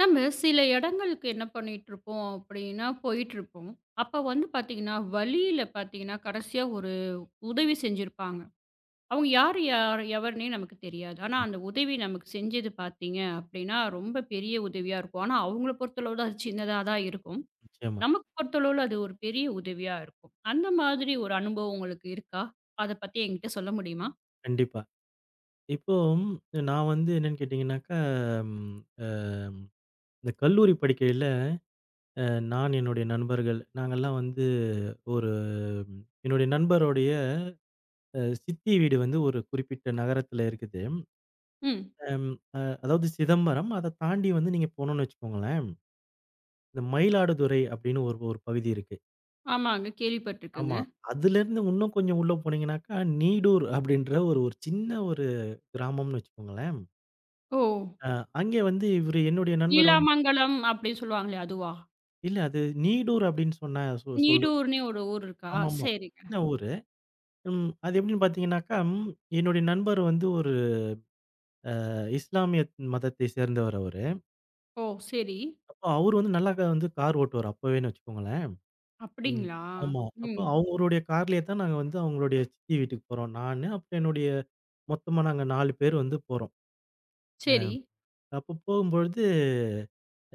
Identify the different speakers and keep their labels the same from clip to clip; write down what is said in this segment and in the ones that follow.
Speaker 1: நம்ம சில இடங்களுக்கு என்ன பண்ணிட்டுருப்போம் அப்படின்னா, போயிட்டுருப்போம். அப்ப வந்து பார்த்தீங்கன்னா, வழியில பார்த்தீங்கன்னா, கடைசியா ஒரு உதவி செஞ்சிருப்பாங்க. அவங்க யாரு யார் எவர்னே நமக்கு தெரியாது. ஆனா, அந்த உதவி நமக்கு செஞ்சது பார்த்தீங்க அப்படின்னா, ரொம்ப பெரிய உதவியா இருக்கும். ஆனா, அவங்கள பொறுத்தளவுல அது சின்னதா தான் இருக்கும்.
Speaker 2: நிச்சயமா.
Speaker 1: நமக்கு பொறுத்தளவுல அது ஒரு பெரிய உதவியா இருக்கும். அந்த மாதிரி ஒரு அனுபவம் உங்களுக்கு இருக்கா? அத பத்தி என்கிட்ட சொல்ல முடியுமா?
Speaker 2: கண்டிப்பா. இப்போ நான் வந்து என்னன்னு கேட்டீங்கன்னாக்கா, ம் அ இந்த கல்லூரி படிக்கையில அ நான் என்னுடைய நண்பர்கள் நாங்கலாம் வந்து ஒரு என்னுடைய நண்பருடைய சித்தி வீடு வந்து ஒரு குறிப்பிட்ட நகரத்தில இருக்குது.
Speaker 1: ம்.
Speaker 2: அம் அ அதாவது சிதம்பரம். அத தாண்டி வந்து நீங்க போனோம்னு வச்சுக்கோங்களேன், இந்த மயிலாடுதுறை அப்படின்னு ஒரு ஒரு பகுதி இருக்கு.
Speaker 1: ஆமாங்க.
Speaker 2: ஆமா.
Speaker 1: கேள்விப்பட்டுருக்கேங்க.
Speaker 2: அதுலேருந்து இன்னும் கொஞ்சம் உள்ள போனீங்கன்னாக்கா, நீடூர் அப்படின்ற ஒரு ஒரு சின்ன ஒரு கிராமம்னு வச்சுக்கோங்களேன்.
Speaker 1: ஓ!
Speaker 2: அ அங்கே வந்து இவரு என்னுடைய நண்பர் வந்து
Speaker 1: நீலாமங்கலம் அப்படின்னு சொல்லுவாங்களே அதுவா?
Speaker 2: இல்ல அது நீடூர் அப்படின்னு சொன்னா சொல்லு
Speaker 1: நீடூர்னே ஒரு ஊர் இருக்கா?
Speaker 2: ஆமாமா.
Speaker 1: சரிங்க.
Speaker 2: சின்ன ஊரு. ம். அது எப்படின்னு பார்த்தீங்கன்னாக்கா, என்னுடைய நண்பர் வந்து ஒரு இஸ்லாமிய மதத்தை சேர்ந்தவர் அவரு.
Speaker 1: ஓ! சரி.
Speaker 2: அப்போ அவரு வந்து நல்லா வந்து கார் ஓட்டுவாரு அப்பவேன்னு வச்சுக்கோங்களேன். ம்.
Speaker 1: அப்படிங்களா?
Speaker 2: ஆமா. அப்போ
Speaker 1: ம்.
Speaker 2: அவங்களுடைய கார்லயே தான் நாங்க வந்து அவங்களுடைய சித்தி வீட்டுக்கு போறோம். நானு, அப்புறம் என்னுடைய மொத்தமா நாங்க 4 பேர் வந்து போறோம்.
Speaker 1: சரி.
Speaker 2: அப்போ போகும்பொழுது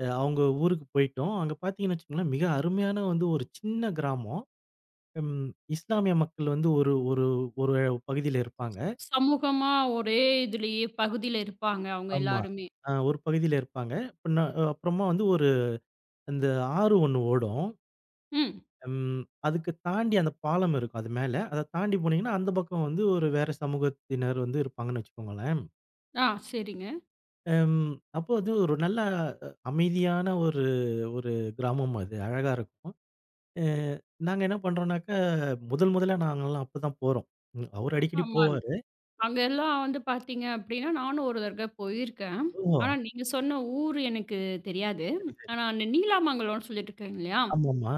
Speaker 2: அவங்க ஊருக்கு போயிட்டோம். அங்க பார்த்தீங்கன்னு வச்சுக்கோங்களேன், மிக அருமையான வந்து ஒரு சின்ன கிராமம். ம். இஸ்லாமிய மக்கள் வந்து ஒரு ஒரு ஒரு பகுதியில இருப்பாங்க.
Speaker 1: சமூகமா ஒரே இதுலயே பகுதியில இருப்பாங்க அவங்க
Speaker 2: ஆமா.
Speaker 1: எல்லாருமே.
Speaker 2: ஒரு பகுதியில இருப்பாங்க. பின்ன அப்புறமா வந்து அந்த ஆறு ஒண்ணு ஓடும்.
Speaker 1: ம்.
Speaker 2: ம். அதுக்கு தாண்டி அந்த பாலம் இருக்கும் அது மேல. அத தாண்டி போனீங்கன்னா, அந்த பக்கம் வந்து ஒரு வேற சமூகத்தினர் வந்து இருப்பாங்கன்னு வச்சுக்கோங்களேன்.
Speaker 1: ஆ சரிங்க.
Speaker 2: ம். அப்போ அது ஒரு நல்ல அமைதியான ஒரு ஒரு கிராமம் அது. அழகா இருக்கும். அ நாங்க என்ன பண்றோம்னாக்கா, முதல் முதல்ல நாங்கலாம் அப்பதான் போறோம். ம். அவரு அடிக்கடி
Speaker 1: ஆமாங்க.
Speaker 2: போவாரு.
Speaker 1: அங்கெல்லாம் வந்து பார்த்தீங்க அப்படின்னா, நானும் ஒரு தடவ போயிருக்கேன்.
Speaker 2: ஓ!
Speaker 1: ஆனா நீங்க சொன்ன ஊர் எனக்கு தெரியாது.
Speaker 2: சரி, சரி.
Speaker 1: ஆனா அந்த நீலாமங்கலம்னு சொல்லிட்டு இருக்காங்க இல்லையா?
Speaker 2: ஆமாமா.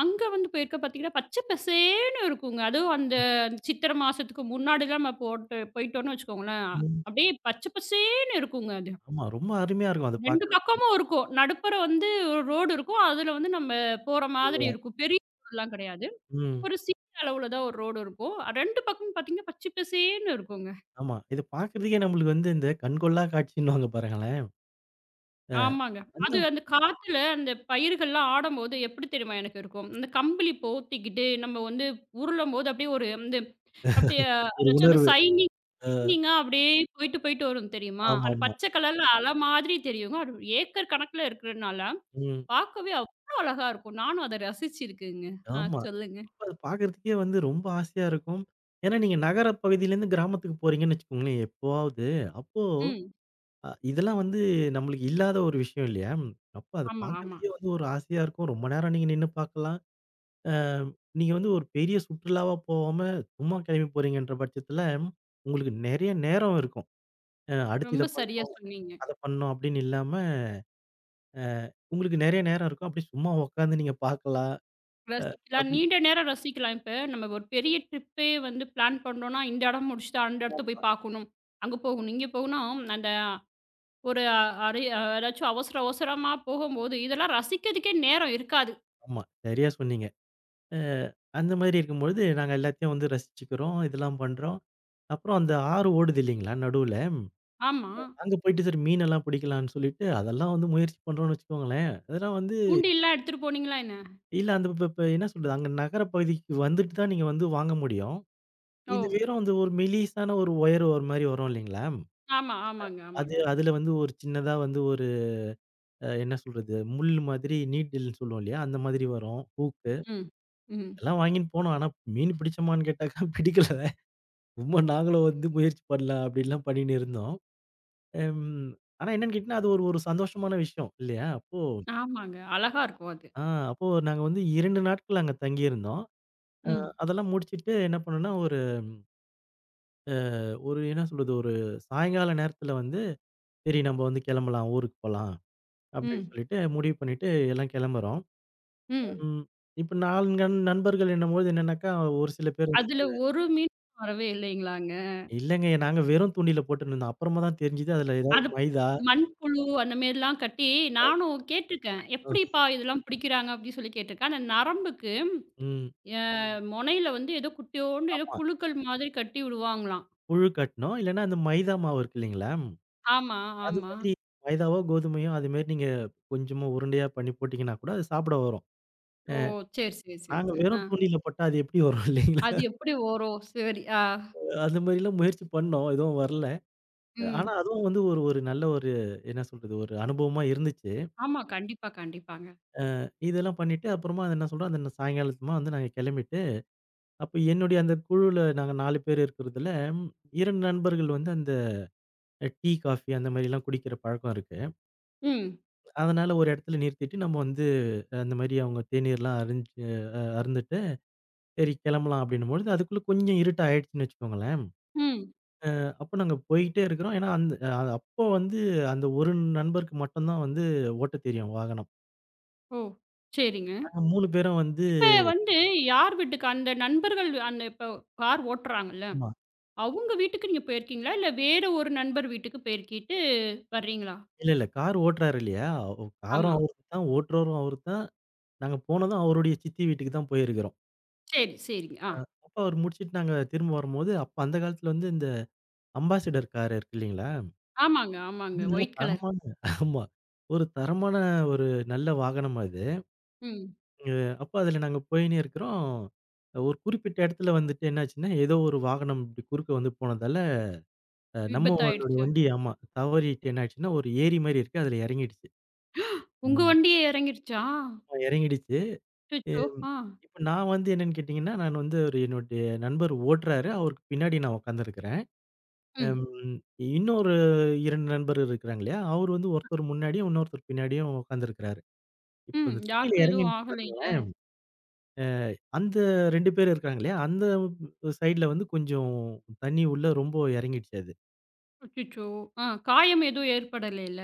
Speaker 1: அங்க வந்து போயிருக்க பார்த்தீங்கன்னா, பச்சை பசேல்ன்னு இருக்குங்க. அதுவும் அந்த
Speaker 2: ஆமா.
Speaker 1: சித்திரை மாசத்துக்கு முன்னாடிலாம் நம்ம போட்டு போயிட்டோம்னு வச்சுக்கோங்களேன்,
Speaker 2: ம்.
Speaker 1: அப்படியே பச்சை பசேல்ன்னு இருக்குங்க அது.
Speaker 2: ஆமா. ரொம்ப அருமையா இருக்கும். அத
Speaker 1: 2
Speaker 2: பார்க்கறதுக்கு
Speaker 1: பக்கமும் இருக்கும். நடுப்புற வந்து ஒரு ரோடு இருக்கும். அதுல வந்து நம்ம போற மாதிரி இருக்கும். பெரிய ரோடுலாம் கிடையாது.
Speaker 2: ம்.
Speaker 1: ஒரு சிறிய அளவுல தான் ஒரு ரோடு இருக்கும். 2 பக்கமும் பார்த்தீங்கன்னா, பச்சை பசேல்ன்னு இருக்குங்க.
Speaker 2: ஆமா. இது பார்க்கறதுக்கே நம்மளுக்கு வந்து இந்த கண்கொள்ளா காட்சின்னுவாங்க பாருங்களேன். அ
Speaker 1: ஆமாங்க.
Speaker 2: அந்த
Speaker 1: அது அந்த காத்துல அந்த பயிர்கள்லாம் ஆடம்போது எப்படி தெரியுமா எனக்கு இருக்கும்? அந்த கம்பளி போத்திக்கிட்டு நம்ம வந்து உருளும்போது அப்படியே ஒரு வந்து அப்படியே
Speaker 2: ஒரு
Speaker 1: அதாச்சும் அந்த
Speaker 2: உணர்வு.
Speaker 1: சைனிங்
Speaker 2: அ
Speaker 1: சைனிங்கா அப்படியே போயிட்டு, போயிட்டு வரும் தெரியுமா? அந்த
Speaker 2: ஆமாமா.
Speaker 1: பச்சை கலர்ல அலை மாதிரி தெரியுங்க. அது ஏக்கர் கணக்குல இருக்கிறனால
Speaker 2: ம்.
Speaker 1: பார்க்கவே அவ்ளோ அழகா இருக்கும். நானும் அத ரசிச்சிருக்கேங்க. ஆ
Speaker 2: ஆமா.
Speaker 1: சொல்லுங்க.
Speaker 2: அப்ப அது பார்க்கறதுக்கே வந்து ரொம்ப ஆசையா இருக்கும். ஏன்னா நீங்க நகர பகுதியிலேருந்து கிராமத்துக்கு போறீங்கன்னு வச்சுக்கோங்களேன் எப்போவாவது. அப்போ
Speaker 1: ம்.
Speaker 2: இதெல்லாம் வந்து நம்மளுக்கு இல்லாத ஒரு விஷயம் இல்லையா? அப்ப அத
Speaker 1: ஆமா, ஆமா.
Speaker 2: பார்க்கறதுக்கே வந்து ஒரு ஆசையா இருக்கும். ரொம்ப நேரம் நீங்க நின்னு பார்க்கலாம். அ நீங்க வந்து ஒரு பெரிய சுற்றுலாவா போவாம சும்மா கிளம்பி போறீங்கன்ற பட்சத்தில, உங்களுக்கு நெறைய நேரம் இருக்கும். அடுத்து
Speaker 1: ரொம்ப
Speaker 2: இத
Speaker 1: சரியா
Speaker 2: பண்ணணும்,
Speaker 1: சொன்னீங்க.
Speaker 2: அத பண்ணணும் அப்படின்னு இல்லாம உங்களுக்கு நெறைய நேரம் இருக்கும். அப்படி சும்மா உட்காந்து நீங்க பார்க்கலாம்.
Speaker 1: ரசிக்கலாம்.
Speaker 2: அப்படி
Speaker 1: நீண்ட நேரம் ரசிக்கலாம். இப்ப நம்ம ஒரு பெரிய ட்ரிப்பே வந்து பிளான் பண்றோம்னா, இந்த இடம் முடிச்சுட்டு அந்த இடத்த
Speaker 2: ஆமா,
Speaker 1: போய் பார்க்கணும். அங்க போகணும், இங்க போகணும். அந்த ஒரு அரை ஏதாச்சும் அவசர அவசரமா போகும்போது, இதெல்லாம் ரசிக்கிறதுக்கே நேரம் இருக்காது.
Speaker 2: ஆமா. சரியா சொன்னீங்க. அ அந்த மாதிரி இருக்கும்பொழுது நாங்க எல்லாத்தையும் வந்து ரசிச்சுக்கிறோம். இதெல்லாம் பண்றோம். அப்புறம் அந்த ஆறு ஓடுது இல்லைங்களா நடுவுல.
Speaker 1: ஆமா.
Speaker 2: அங்க போயிட்டு சரி மீனெல்லாம் பிடிக்கலான்னு சொல்லிட்டு, அதெல்லாம் வந்து முயற்சி பண்றோம்னு வச்சுக்கோங்களேன். அதெல்லாம் வந்து
Speaker 1: தூண்டில்லாம் எடுத்துட்டு போனீங்களா என்ன?
Speaker 2: இல்ல அந்த இப்ப இப்ப என்ன சொல்றது, அங்க நகர பகுதிக்கு வந்துட்டு தான் நீங்க வந்து வாங்க முடியும்.
Speaker 1: ஓ!
Speaker 2: இது வெறும் அந்த ஒரு மெலிசான ஒரு ஒயர் ஒரு மாரி வரும் இல்லைங்களா?
Speaker 1: ஆமா, ஆமாங்க,
Speaker 2: அது
Speaker 1: ஆமாங்க.
Speaker 2: அதுல வந்து ஒரு சின்னதா வந்து ஒரு அ என்ன சொல்றது? முள் மாதிரி நீடில்ன்னு சொல்லுவோம் இல்லையா? அந்த மாதிரி வரும். ஹூக்கு.
Speaker 1: ம், ம்.
Speaker 2: எல்லாம் வாங்கின்னு போனோம். ஆனா மீன் பிடிச்சோமான்னு கேட்டாக்கா பிடிக்கல. சும்மா நாங்களும் வந்து முயற்சி பண்ணலாம் அப்படின்லாம் பண்ணின்னு இருந்தோம். எம் ஆனா என்னன்னு கேட்டீங்கன்னா, அது ஒரு ஒரு சந்தோஷமான விஷயம் இல்லையா?
Speaker 1: ஆமாங்க. அழகா இருக்கும் அது.
Speaker 2: ஆ அப்போ நாங்க வந்து 2 நாட்கள் அங்க தங்கியிருந்தோம். அ
Speaker 1: ம்,
Speaker 2: அதெல்லாம் முடிச்சுட்டு என்ன பண்ணோம்னா, ஒரு ஒரு என்ன சொல்றது? ஒரு சாயங்கால நேரத்தில வந்து, சரி நம்ம வந்து கிளம்பலாம், ஊருக்கு போலாம் அப்படின்னு
Speaker 1: ம்,
Speaker 2: சொல்லிட்டு முடிவு பண்ணிட்டு எல்லாம் கிளம்புறோம்.
Speaker 1: ம்.
Speaker 2: ம் இப்ப 4 நண்பர்கள் என்னும்போது என்னன்னாக்கா, ஒரு சில பேர்
Speaker 1: அதுல ஒரு மீன் வரவே இல்லைங்களாங்க.
Speaker 2: இல்லங்க. நாங்க வெறும் தூண்டில போட்டுருந்தோம். அப்புறமா தான் தெரிஞ்சது அதுல ஏதாவது
Speaker 1: அது
Speaker 2: மைதா
Speaker 1: மண்புழு அந்த மாரிலாம் கட்டி நானும் கேட்டுருக்கேன். "எப்படிப்பா இதெல்லாம் பிடிக்கிறாங்க?" அப்படின்னு சொல்லி கேட்டுருக்கேன். அந்த நரம்புக்கு
Speaker 2: ம்.
Speaker 1: அ மொனையில வந்து ஏதோ குட்டியோண்டு ஏதோ
Speaker 2: ஆமா.
Speaker 1: புழுக்கள் மாதிரி கட்டி விடுவாங்களாம்.
Speaker 2: புழு கட்டணும். இல்லன்னா அந்த மைதா மாவு இருக்கு இல்லைங்களா?
Speaker 1: ஆமா,
Speaker 2: அது
Speaker 1: ஆமா.
Speaker 2: மாதிரி மைதாவோ, கோதுமையோ அது மாரி நீங்க கொஞ்சமா உருண்டையா பண்ணி போட்டீங்கன்னா கூட அது சாப்பிட வரும்.
Speaker 1: ஓ! சரி, சரி, சரி,
Speaker 2: நாங்க
Speaker 1: சரி. ஆ.
Speaker 2: வெறும் தூண்டில போட்டா அது எப்படி வரும் இல்லைங்களா?
Speaker 1: அது எப்படி வரும்? சரி. ஆ.
Speaker 2: அந்த மாரிலாம் முயற்சி பண்ணோம். எதுவும் வரல. ஆனா
Speaker 1: ம்.
Speaker 2: அதுவும் வந்து ஒரு ஒரு நல்ல ஒரு என்ன சொல்றது? ஒரு அனுபவமா இருந்துச்சு.
Speaker 1: ஆமா. கண்டிப்பா, கண்டிப்பாங்க.
Speaker 2: இதெல்லாம் பண்ணிட்டு அப்புறமா அது என்ன சொல்றோம், அந்த சாயங்காலமா வந்து நாங்க கிளம்பிட்டு, அப்ப என்னுடைய அந்த குழுல நாங்க 4 பேர் இருக்கிறதுல 2 நண்பர்கள் வந்து அந்த டீ, காஃபி அந்த மாரிலாம் குடிக்கிற பழக்கம் இருக்கு.
Speaker 1: ம்.
Speaker 2: அதனால ஒரு இடத்துல நிறுத்திட்டு நம்ம வந்து அந்த மாரி அவங்க தேநீர்லாம் அருஞ்சு அ அருந்துட்டு, சரி கிளம்பலாம் அப்டின்னும்பொழுது, அதுக்குள்ள கொஞ்சம் இருட்டு ஆயிடுச்சுன்னு வச்சுக்கோங்களேன்.
Speaker 1: ம்.
Speaker 2: அப்போ நாங்க போய்க்கிட்டே இருக்கிறோம். ஏன்னா, அந்த அப்போ வந்து அந்த ஒரு நண்பருக்கு மட்டும் தான் வந்து ஓட்ட தெரியும் வாகனம்.
Speaker 1: ஓ! சரிங்க.
Speaker 2: நாங்க 3 பேரும் வந்து
Speaker 1: இப்ப வந்து யார் வீட்டுக்கு அந்த நண்பர்கள் அந்த இப்ப கார் ஓட்டுறாங்கல்ல
Speaker 2: ஆமா.
Speaker 1: அவங்க வீட்டுக்கு நீங்க போயிருக்கீங்களா? இல்ல வேற ஒரு நண்பர் வீட்டுக்கு பெருக்கிட்டு வர்றீங்களா?
Speaker 2: இல்ல, கார் ஓட்டுறாரு இல்லையா? காரும்
Speaker 1: ஆமா.
Speaker 2: அவரு தான், ஓட்டுறவரும் அவரு தான். நாங்க போனதும் அவருடைய சித்தி வீட்டுக்கு தான் போயிருக்கிறோம்.
Speaker 1: சரி, சரிங்க.
Speaker 2: அ
Speaker 1: ஆ.
Speaker 2: அப்ப அவரு முடிச்சுட்டு நாங்க திரும்ப வரும்போது, அப்ப அந்த காலத்துல வந்து இந்த அம்பாசிடர் கார் இருக்கு இல்லைங்களா?
Speaker 1: ஆமாங்க, ஆமாங்க.
Speaker 2: வந்து நல்ல
Speaker 1: ஒயிட் கலர்.
Speaker 2: தரமான ஆமா. ஒரு தரமான ஒரு நல்ல வாகனம் அது.
Speaker 1: ம்.
Speaker 2: அ அப்ப அதுல நாங்க போயின்னே இருக்கிறோம். ஒரு குறிப்பிட்ட இடத்துல வந்துட்டு என்னாச்சுன்னா, ஏதோ ஒரு வாகனம் இப்படி குறுக்க வந்து போனதால, நம்மளுடைய
Speaker 1: விபத்தாயிடுச்சா?
Speaker 2: வண்டி ஆமா தவறிட்டு என்ன ஆயிடுச்சுன்னா, ஒரு ஏரி மாரி இருக்கு. அதுல இறங்கிடுச்சு.
Speaker 1: உங்க
Speaker 2: ம்.
Speaker 1: வண்டியே இறங்கிருச்சா?
Speaker 2: ஆமா, இறங்கிடுச்சு.
Speaker 1: அச்சச்சோ!
Speaker 2: ம்.
Speaker 1: ஆ.
Speaker 2: இப்ப நான் வந்து என்னன்னு கேட்டீங்கன்னா, நான் வந்து ஒரு என்னுடைய நண்பர் ஓட்டுறாரு. அவருக்கு பின்னாடி நான் உட்காந்துருக்கிறேன்.
Speaker 1: ம்.
Speaker 2: ம். இன்னொரு 2 நண்பர் இருக்கிறாங்க இல்லையா? அவரு வந்து ஒருத்தர் முன்னாடியும், இன்னொருத்தர் பின்னாடியும் உட்காந்துருக்கிறாரு. இப்ப
Speaker 1: ம்.
Speaker 2: இந்த தண்ணீல
Speaker 1: யாருக்கும்
Speaker 2: இறங்கி
Speaker 1: எதுவும்
Speaker 2: பாருங்க.
Speaker 1: ஆகலைல்ல?
Speaker 2: அந்த 2 பேர் இருக்காங்க இல்லையா? அந்த சைடுல வந்து கொஞ்சம் தண்ணி உள்ள ரொம்ப இறங்கிடுச்சு அது.
Speaker 1: அச்சச்சோ! ஆ காயம் எதுவும் ஏற்படலைல்ல?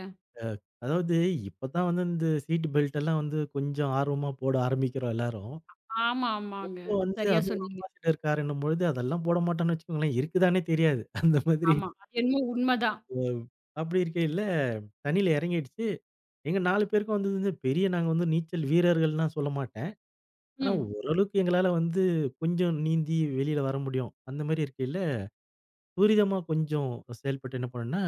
Speaker 2: அதாவது இப்ப தான் வந்து இந்த சீட் பெல்ட் எல்லாம் வந்து கொஞ்சம் ஆர்வமா போட ஆரம்பிக்கிறோம் எல்லாரும்.
Speaker 1: ஆமா, ஆமாங்க.
Speaker 2: அப்போ வந்து
Speaker 1: சரியா
Speaker 2: அதுவும்
Speaker 1: சொன்னீங்க.
Speaker 2: அம்பாசிடர் காருன்னும் பொழுது அதெல்லாம் போட மாட்டோம்னு வச்சுக்கோங்களேன். இருக்குதானே தெரியாது. அந்த மாதிரி
Speaker 1: ஆமா. அது என்னமோ உண்மதான்.
Speaker 2: ம். அப்படி இருக்கையில தண்ணீல இறங்கிடுச்சு. எங்க 4 பேருக்கும் வந்து வந்து பெரிய நாங்க வந்து நீச்சல் வீரர்கள்லாம் சொல்ல மாட்டேன். ஆனா
Speaker 1: ம்,
Speaker 2: ஓரளவுக்கு எங்களால வந்து கொஞ்சம் நீந்தி வெளியில வர முடியும். அந்த மாரி இருக்கையில துரிதமா கொஞ்சம் செயல்பட்டு என்ன பண்ணோம்னா,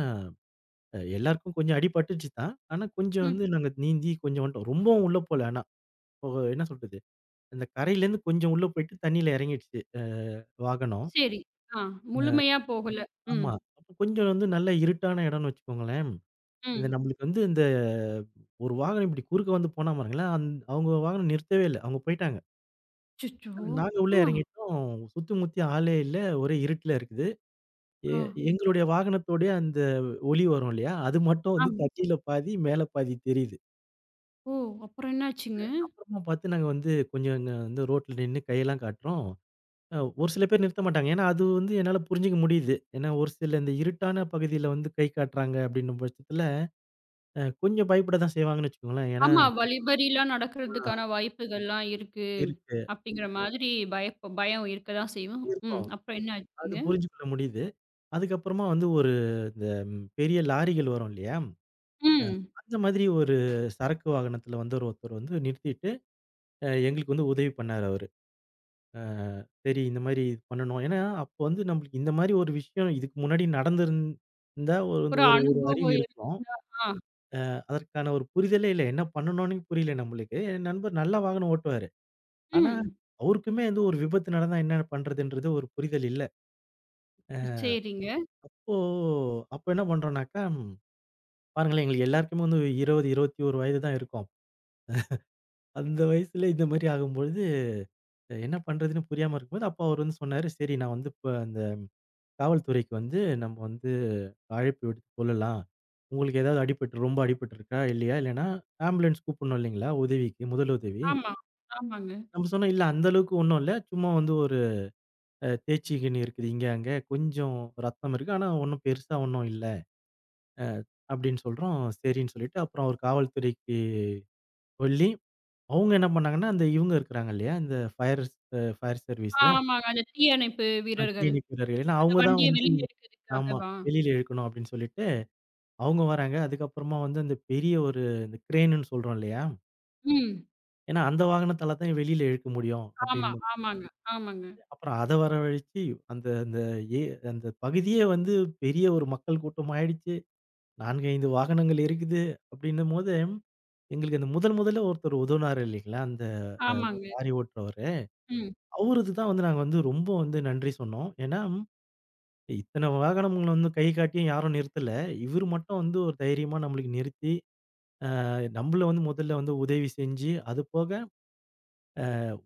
Speaker 2: எல்லாருக்கும் கொஞ்சம் அடிபட்டுச்சு தான். ஆனா கொஞ்சம்
Speaker 1: ம்.
Speaker 2: வந்து நாங்க நீந்தி கொஞ்சம் வந்துட்டோம். ரொம்பவும் உள்ள போல ஆனா. ஓ என்ன சொல்றது? அந்த கரையிலேருந்து கொஞ்சம் உள்ள போயிட்டு தண்ணீல இறங்கிடுச்சு வாகனம்.
Speaker 1: சரி. ஆ.
Speaker 2: அ
Speaker 1: முழுமையா போகல. ம்,
Speaker 2: ஆமா. அப்போ கொஞ்சம் வந்து நல்ல இருட்டான இடம்னு வச்சுக்கோங்களேன். இந்த
Speaker 1: ம்.
Speaker 2: நம்மளுக்கு வந்து இந்த ஒரு வாகனம் இப்படி குறுக்க வந்து போனா பாருங்களேன், அவங்க வாகனம் நிறுத்தவே இல்ல. அவங்க போயிட்டாங்க.
Speaker 1: அச்சச்சோ!
Speaker 2: ஆனா, நாங்க உள்ள
Speaker 1: ஆ,
Speaker 2: இறங்கிட்டோம். சுத்தி முத்தி ஆளே இல்ல. ஒரே இருட்டுல இருக்குது. எ
Speaker 1: ஆ.
Speaker 2: எங்களுடைய வாகனத்தோடைய அந்த ஒலி வரும் இல்லையா? அது மட்டும் வந்து
Speaker 1: ஆமா.
Speaker 2: தட்டியில பாதி, மேல பாதி தெரியுது.
Speaker 1: ஓ! அப்புறம் என்னாச்சுங்க?
Speaker 2: அப்புறமா பார்த்து நாங்க வந்து கொஞ்சம் அங்க வந்து ரோட்ல நின்னு கையெல்லாம் காட்டுறோம். ஒரு சில பேர் நிறுத்த மாட்டாங்க. ஏன்னா அது வந்து என்னால புரிஞ்சுக்க முடியுது. ஏன்னா ஒரு சில இந்த இருட்டான பகுதியில வந்து கை காட்டுறாங்க அப்படின்னும் பட்சத்துல, கொஞ்சம் பயப்பட தான் செய்வாங்கன்னு வச்சுக்கோங்களேன். ஏன்னா
Speaker 1: ஆமா. வழிப்பறிலாம் நடக்கிறதுக்கான
Speaker 2: ஆ
Speaker 1: வாய்ப்புகள்லாம் இருக்கு.
Speaker 2: இருக்கு
Speaker 1: அப்படிங்கிற மாதிரி பயம் இருக்க தான் செய்யும். ம்.
Speaker 2: இருக்கும்.
Speaker 1: அப்புறம் என்ன
Speaker 2: அது
Speaker 1: ஆச்சுங்க?
Speaker 2: புரிஞ்சுக்கொள்ள முடியுது. அதுக்கப்புறமா வந்து ஒரு இந்த பெரிய லாரிகள் வரும் இல்லையா?
Speaker 1: ம்.
Speaker 2: அந்த மாதிரி ஒரு சரக்கு வாகனத்துல வந்து ஒரு ஒருத்தர் வந்து நிறுத்திட்டு எங்களுக்கு வந்து உதவி பண்ணாரு அவரு. அ சரி இந்த மாரி பண்ணணும். ஏன்னா, அப்போ வந்து நம்மளுக்கு இந்த மாரி ஒரு விஷயம் இதுக்கு முன்னாடி நடந்திருந்தா ஒரு வந்து
Speaker 1: ஒரு
Speaker 2: ஒரு ஒரு அறிவு
Speaker 1: அனுபவம்
Speaker 2: இருக்கும்.
Speaker 1: ஆ.
Speaker 2: அதற்கான ஒரு புரிதலே இல்ல. என்ன பண்ணணும்னே புரியல நம்மளுக்கு. என் நண்பர் நல்லா வாகனம் ஓட்டுவாரு. ஆனா,
Speaker 1: ம்.
Speaker 2: அவருக்குமே வந்து ஒரு விபத்து நடந்தா என்ன பண்றதுன்றது ஒரு புரிதல் இல்ல. அ
Speaker 1: சரிங்க.
Speaker 2: அப்போ அப்ப என்ன பண்றோம்னாக்கா, பாருங்களேன் எங்களுக்கு எல்லாருக்குமே வந்து 20, 21 வயது தான் இருக்கும். அந்த வயசுல இந்த மாரி ஆகும்பொழுது என்ன பண்றதுன்னு புரியாம இருக்கும்போது, அப்போ அவர் வந்து சொன்னாரு, சரி நான் வந்து இப்ப காவல்துறைக்கு வந்து நம்ம வந்து அழைப்பு விடுத்து சொல்லலாம். உங்களுக்கு ஏதாவது அடிபட்டு ரொம்ப அடிபட்டுருக்கா? இல்லையா? இல்லன்னா ஆம்புலன்ஸ் கூப்பிடணும் இல்லைங்களா? உதவிக்கு முதலுதவி.
Speaker 1: ஆமா. ஆமாங்க.
Speaker 2: நம்ம சொன்னோம், "இல்ல அந்த அளவுக்கு ஒண்ணும் இல்ல. சும்மா வந்து ஒரு அ தேய்ச்சிக்கின்னு இருக்குது இங்க, அங்க. கொஞ்சம் ரத்தம் இருக்கு. ஆனா ஒண்ணும் பெருசா ஒண்ணும் இல்ல." அ அப்படின்னு சொல்றோம். சரின்னு சொல்லிட்டு அப்புறம் ஒரு காவல்துறைக்கு சொல்லி, அவங்க என்ன பண்ணாங்கன்னா, அந்த இவங்க இருக்கிறாங்க இல்லையா? இந்த ஃபயர் சர்வீஸு,
Speaker 1: ஆமாங்க. அந்த தீயணைப்பு வீரர்கள்.
Speaker 2: தீயணைப்பு வீரர்கள். ஏன்னா
Speaker 1: அந்த
Speaker 2: அவங்க தான்
Speaker 1: வண்டிய
Speaker 2: வந்து
Speaker 1: வெளியில
Speaker 2: ஆமா.
Speaker 1: எடுக்கிறதுக்காகவா?
Speaker 2: வெளியில இழுக்கணும் அப்படின்னு சொல்லிட்டு அவங்க வராங்க. அதுக்கப்புறமா வந்து அந்த பெரிய ஒரு இந்த கிரேன்ன்னு சொல்றோம் இல்லையா?
Speaker 1: ம்.
Speaker 2: ஏன்னா அந்த வாகனத்தால தான் வெளியில இழுக்க முடியும்
Speaker 1: ஆமா,
Speaker 2: அப்படின்னு.
Speaker 1: ஆமாங்க, ஆமாங்க,
Speaker 2: அப்புறம் அத வரவழைச்சு அந்த அந்த ஏ அந்த பகுதியே வந்து பெரிய ஒரு மக்கள் கூட்டம் ஆயிடுச்சு. 4, 5 வாகனங்கள் இருக்குது அப்படின்னும்போது, எங்களுக்கு அந்த முதல் முதல்ல ஒருத்தர் உதவுனாரு இல்லைங்களா? அந்த அ
Speaker 1: ஆமாங்க.
Speaker 2: லாரி ஓட்டுறவரு.
Speaker 1: ம்.
Speaker 2: அவருக்கு தான் வந்து நாங்க வந்து ரொம்ப வந்து நன்றி சொன்னோம். ஏன்னா இத்தன வாகனங்கள வந்து கை காட்டியும் யாரும் நிறுத்தல. இவரு மட்டும் வந்து ஒரு தைரியமா நம்மளுக்கு நிறுத்தி நம்மள வந்து முதல்ல வந்து உதவி செஞ்சு, அதுபோக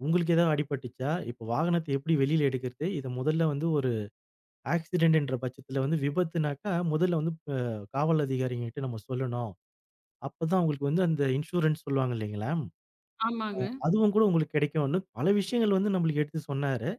Speaker 2: உங்களுக்கு ஏதாவது அடிபட்டுச்சா, இப்ப வாகனத்த எப்படி வெளியில எடுக்கிறது? இத முதல்ல வந்து ஒரு ஆக்சிடென்ட்ன்ற பட்சத்துல வந்து விபத்துனாக்கா, முதல்ல வந்து காவல் அதிகாரிங்ககிட்ட நம்ம சொல்லணும். அப்பதான் அவங்களுக்கு வந்து அந்த இன்சூரன்ஸ் சொல்லுவாங்க இல்லைங்களா?
Speaker 1: ஆமாங்க.
Speaker 2: அதுவும் கூட உங்களுக்கு கிடைக்கும்ன்னு பல விஷயங்கள் வந்து நம்மளுக்கு எடுத்து சொன்னாரு.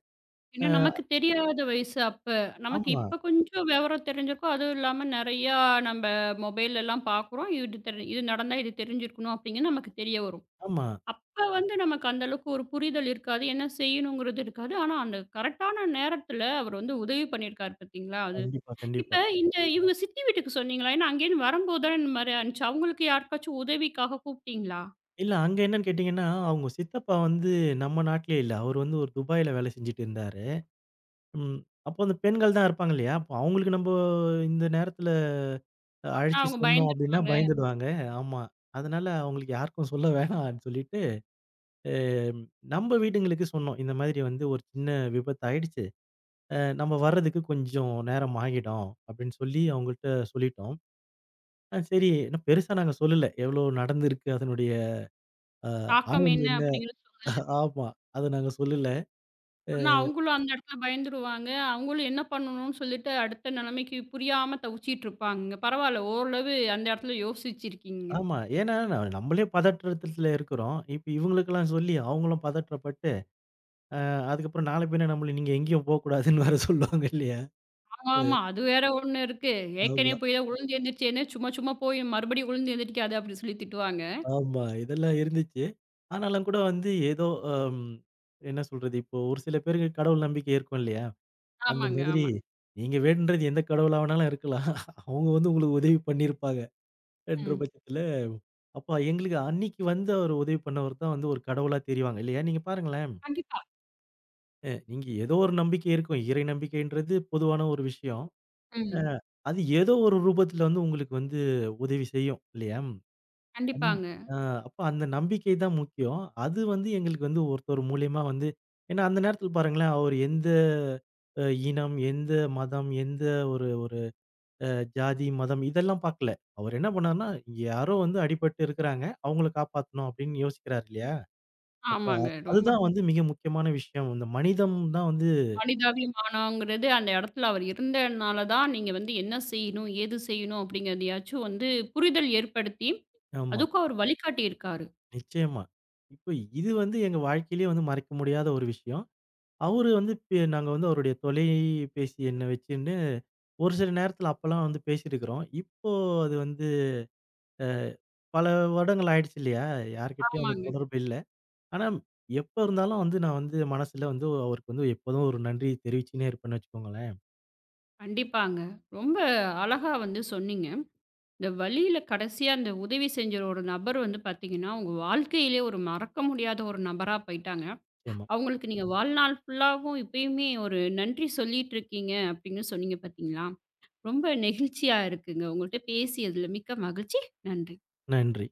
Speaker 2: அ
Speaker 1: ஏன்னா நமக்கு தெரியாத வயசு அப்ப. நமக்கு
Speaker 2: ஆமா,
Speaker 1: இப்ப கொஞ்சம் விவரம் தெரிஞ்சிருக்கும். அதுவும் இல்லாம நெறையா நம்ப மொபைல்லலாம் பாக்குறோம். இது தெரி இது நடந்தா இது தெரிஞ்சிருக்கணும் அப்டிங்கிறது நமக்கு தெரிய வரும்.
Speaker 2: ஆமா.
Speaker 1: அப்ப வந்து நமக்கு அந்த அளவுக்கு ஒரு புரிதல் இருக்காது. என்ன செய்யணுங்கிறது இருக்காது. ஆனா அந்த கரெக்ட்டான நேரத்துல அவர் வந்து உதவி பண்ணியிருக்காரு பாத்தீங்களா? அது.
Speaker 2: கண்டிப்பா, கண்டிப்பா.
Speaker 1: இப்ப இந்த இவங்க சித்தி வீட்டுக்கு சொன்னீங்களா? ஏன்னா அங்கேருந்து வரும்போது தான் இந்த மாரி ஆனுச்சு. அவங்களுக்கு யாருக்காச்சும் உதவிக்காக கூப்ட்டீங்களா?
Speaker 2: இல்ல அங்க என்னன்னு கேட்டீங்கன்னா, அவங்க சித்தப்பா வந்து நம்ம நாட்டிலேயே இல்ல. அவரு வந்து ஒரு துபாய்ல வேலை செஞ்சுட்டு இருந்தாரு. ம். அப்போ அந்த பெண்கள் தான் இருப்பாங்க இல்லையா? அப்போ அவங்களுக்கு நம்ப இந்த நேரத்துல
Speaker 1: சொன்னா
Speaker 2: அழைச்சு
Speaker 1: அவங்க
Speaker 2: சொன்னோம் அப்டின்னா
Speaker 1: பயந்துருவாங்க.
Speaker 2: பயந்துடுவாங்க. ஆமா. அதனால அவங்களுக்கு யாருக்கும் சொல்ல வேணான்னு சொல்லிட்டு, அம் நம்ப வீடுங்களுக்கு சொன்னோம். இந்த மாதிரி வந்து ஒரு சின்ன விபத்து ஆயிடுச்சு. நம்ம வர்றதுக்கு கொஞ்சம் நேரம் ஆகிடும் அப்டின்னு சொல்லி அவங்கள்ட்ட சொல்லிட்டோம். சரி ஏன்னா பெருசா நாங்க சொல்லல. எவ்ளோ நடந்திருக்கு அதனுடைய அ
Speaker 1: தாக்கம்
Speaker 2: ஆழம்
Speaker 1: என்ன
Speaker 2: என்ன
Speaker 1: அப்டிங்கிற
Speaker 2: ஆமா. அத நாங்க சொல்லல.
Speaker 1: ஆனா, அவங்களும் அந்த இடத்துல பயந்துருவாங்க. அவங்களும் என்ன பண்ணணும்னு சொல்லிட்டு அடுத்த நிலைமைக்கு புரியாம தவிச்சிட்டு இருப்பாங்கங்க. பரவால்ல ஓரளவு அந்த இடத்துல யோசிச்சிருக்கீங்க.
Speaker 2: ஆமா. ஏன்னா, நம்மளே பதற்றத்துல இருக்கிறோம். இப்ப இவங்களுக்கெல்லாம் சொல்லி அவங்களும் பதற்றப்பட்டு, அதுக்கப்புறம் நாளை பின்ன நம்மள நீங்க எங்கேயும் போக்கூடாதுன்னு வேற சொல்லுவாங்க இல்லையா?
Speaker 1: ஆமாமா. அது வேற ஒண்ணு இருக்கு. ஏற்கனவே
Speaker 2: ஆமா,
Speaker 1: போய் தான் விழுந்து எழுந்திரிச்சேன்னு, சும்மா சும்மா போய் மறுபடியும் விழுந்து எழுந்திரிக்காத அப்படின்னு சொல்லி திட்டுவாங்க.
Speaker 2: ஆமா. இதெல்லாம் இருந்துச்சு. ஆனாலும் கூட வந்து ஏதோ அம் என்ன சொல்றது? இப்போ ஒரு சில பேருக்கு கடவுள் நம்பிக்கை இருக்கும் இல்லையா? அந்த
Speaker 1: ஆமாங்க,
Speaker 2: மாதிரி
Speaker 1: ஆமாங்க.
Speaker 2: நீங்க வேண்டுறது எந்த கடவுளா வேணாலும் இருக்கலாம். அவங்க வந்து உங்களுக்கு உதவி பண்ணியிருப்பாங்க. என்ற
Speaker 1: ம்.
Speaker 2: பட்சத்துல, அப்ப எங்களுக்கு அன்னைக்கு வந்து அவரு உதவி பண்ணவர் தான் வந்து ஒரு கடவுளா தெரிவாங்க இல்லையா? நீங்க பாருங்களேன்.
Speaker 1: கண்டிப்பா.
Speaker 2: நீங்க ஏதோ ஒரு நம்பிக்கை இருக்கும். இறை நம்பிக்கைன்றது பொதுவான ஒரு விஷயம். அ
Speaker 1: ம்.
Speaker 2: அது ஏதோ ஒரு ரூபத்துல வந்து உங்களுக்கு வந்து உதவி செய்யும் இல்லையா? அந்
Speaker 1: கண்டிப்பாங்க.
Speaker 2: அ அப்ப அந்த நம்பிக்கை தான் முக்கியம். அது வந்து எங்களுக்கு வந்து ஒருத்தர் மூலியமா வந்து ஏன்னா அந்த நேரத்துல பாருங்களேன், அவர் எந்த அ இனம், எந்த மதம், எந்த ஒரு ஒரு அ ஜாதி, மதம் இதெல்லாம் பார்க்கல. அவர் என்ன பண்ணாருன்னா, யாரோ வந்து அடிபட்டு இருக்கிறாங்க. அவங்கள காப்பாத்தணும் அப்படின்னு யோசிக்கிறாரு இல்லையா? அப்போ
Speaker 1: ஆமாங்க. ரொம்ப
Speaker 2: அதுதான் வந்து மிக முக்கியமான விஷயம். இந்த மனிதம் தான் வந்து
Speaker 1: மனிதாபிமானங்கிறது அந்த இடத்துல அவர் இருந்தனால தான் நீங்க வந்து என்ன செய்யணும், ஏது செய்யணும் அப்படிங்கிறதையாச்சும் வந்து புரிதல் ஏற்படுத்தி,
Speaker 2: ஆமா.
Speaker 1: அதுக்கும் அவர் வழிகாட்டி இருக்காரு.
Speaker 2: நிச்சயமா. இப்ப இது வந்து எங்க வாழ்க்கையிலேயே வந்து மறக்க முடியாத ஒரு விஷயம். அவரு வந்து நாங்க வந்து அவருடைய தொலைபேசி எண்ண வச்சுன்னு ஒரு சில நேரத்தில அப்பலாம் வந்து பேசியிருக்கிறோம். இப்போ அது வந்து அ பல வருடங்கள் ஆயிடுச்சு இல்லையா? யார்கிட்டயும் அந்த
Speaker 1: ஆமாங்க.
Speaker 2: தொடர்பு இல்ல. ஆனா எப்ப இருந்தாலும் வந்து நான் வந்து மனசுல வந்து அவருக்கு வந்து எப்போதும் ஒரு நன்றி தெரிவிச்சுன்னே இருப்பேன்னு வச்சுக்கோங்களேன்.
Speaker 1: கண்டிப்பாங்க. ரொம்ப அழகா வந்து சொன்னீங்க. இந்த வழியில கடைசியா அந்த உதவி செஞ்ச ஒரு நபர் வந்து பார்த்தீங்கன்னா, உங்க வாழ்க்கையிலே ஒரு மறக்க முடியாத ஒரு நபரா போயிட்டாங்க.
Speaker 2: நிச்சயமா.
Speaker 1: அவங்களுக்கு நீங்க வாழ்நாள் ஃபுல்லாவும் இப்பயுமே ஒரு நன்றி சொல்லிட்டு இருக்கீங்க அப்படின்னு சொன்னீங்க பார்த்தீங்களா? ரொம்ப நெகிழ்ச்சியா இருக்குங்க. உங்கள்ட்ட பேசியதுல மிக்க மகிழ்ச்சி. நன்றி.
Speaker 2: நன்றி.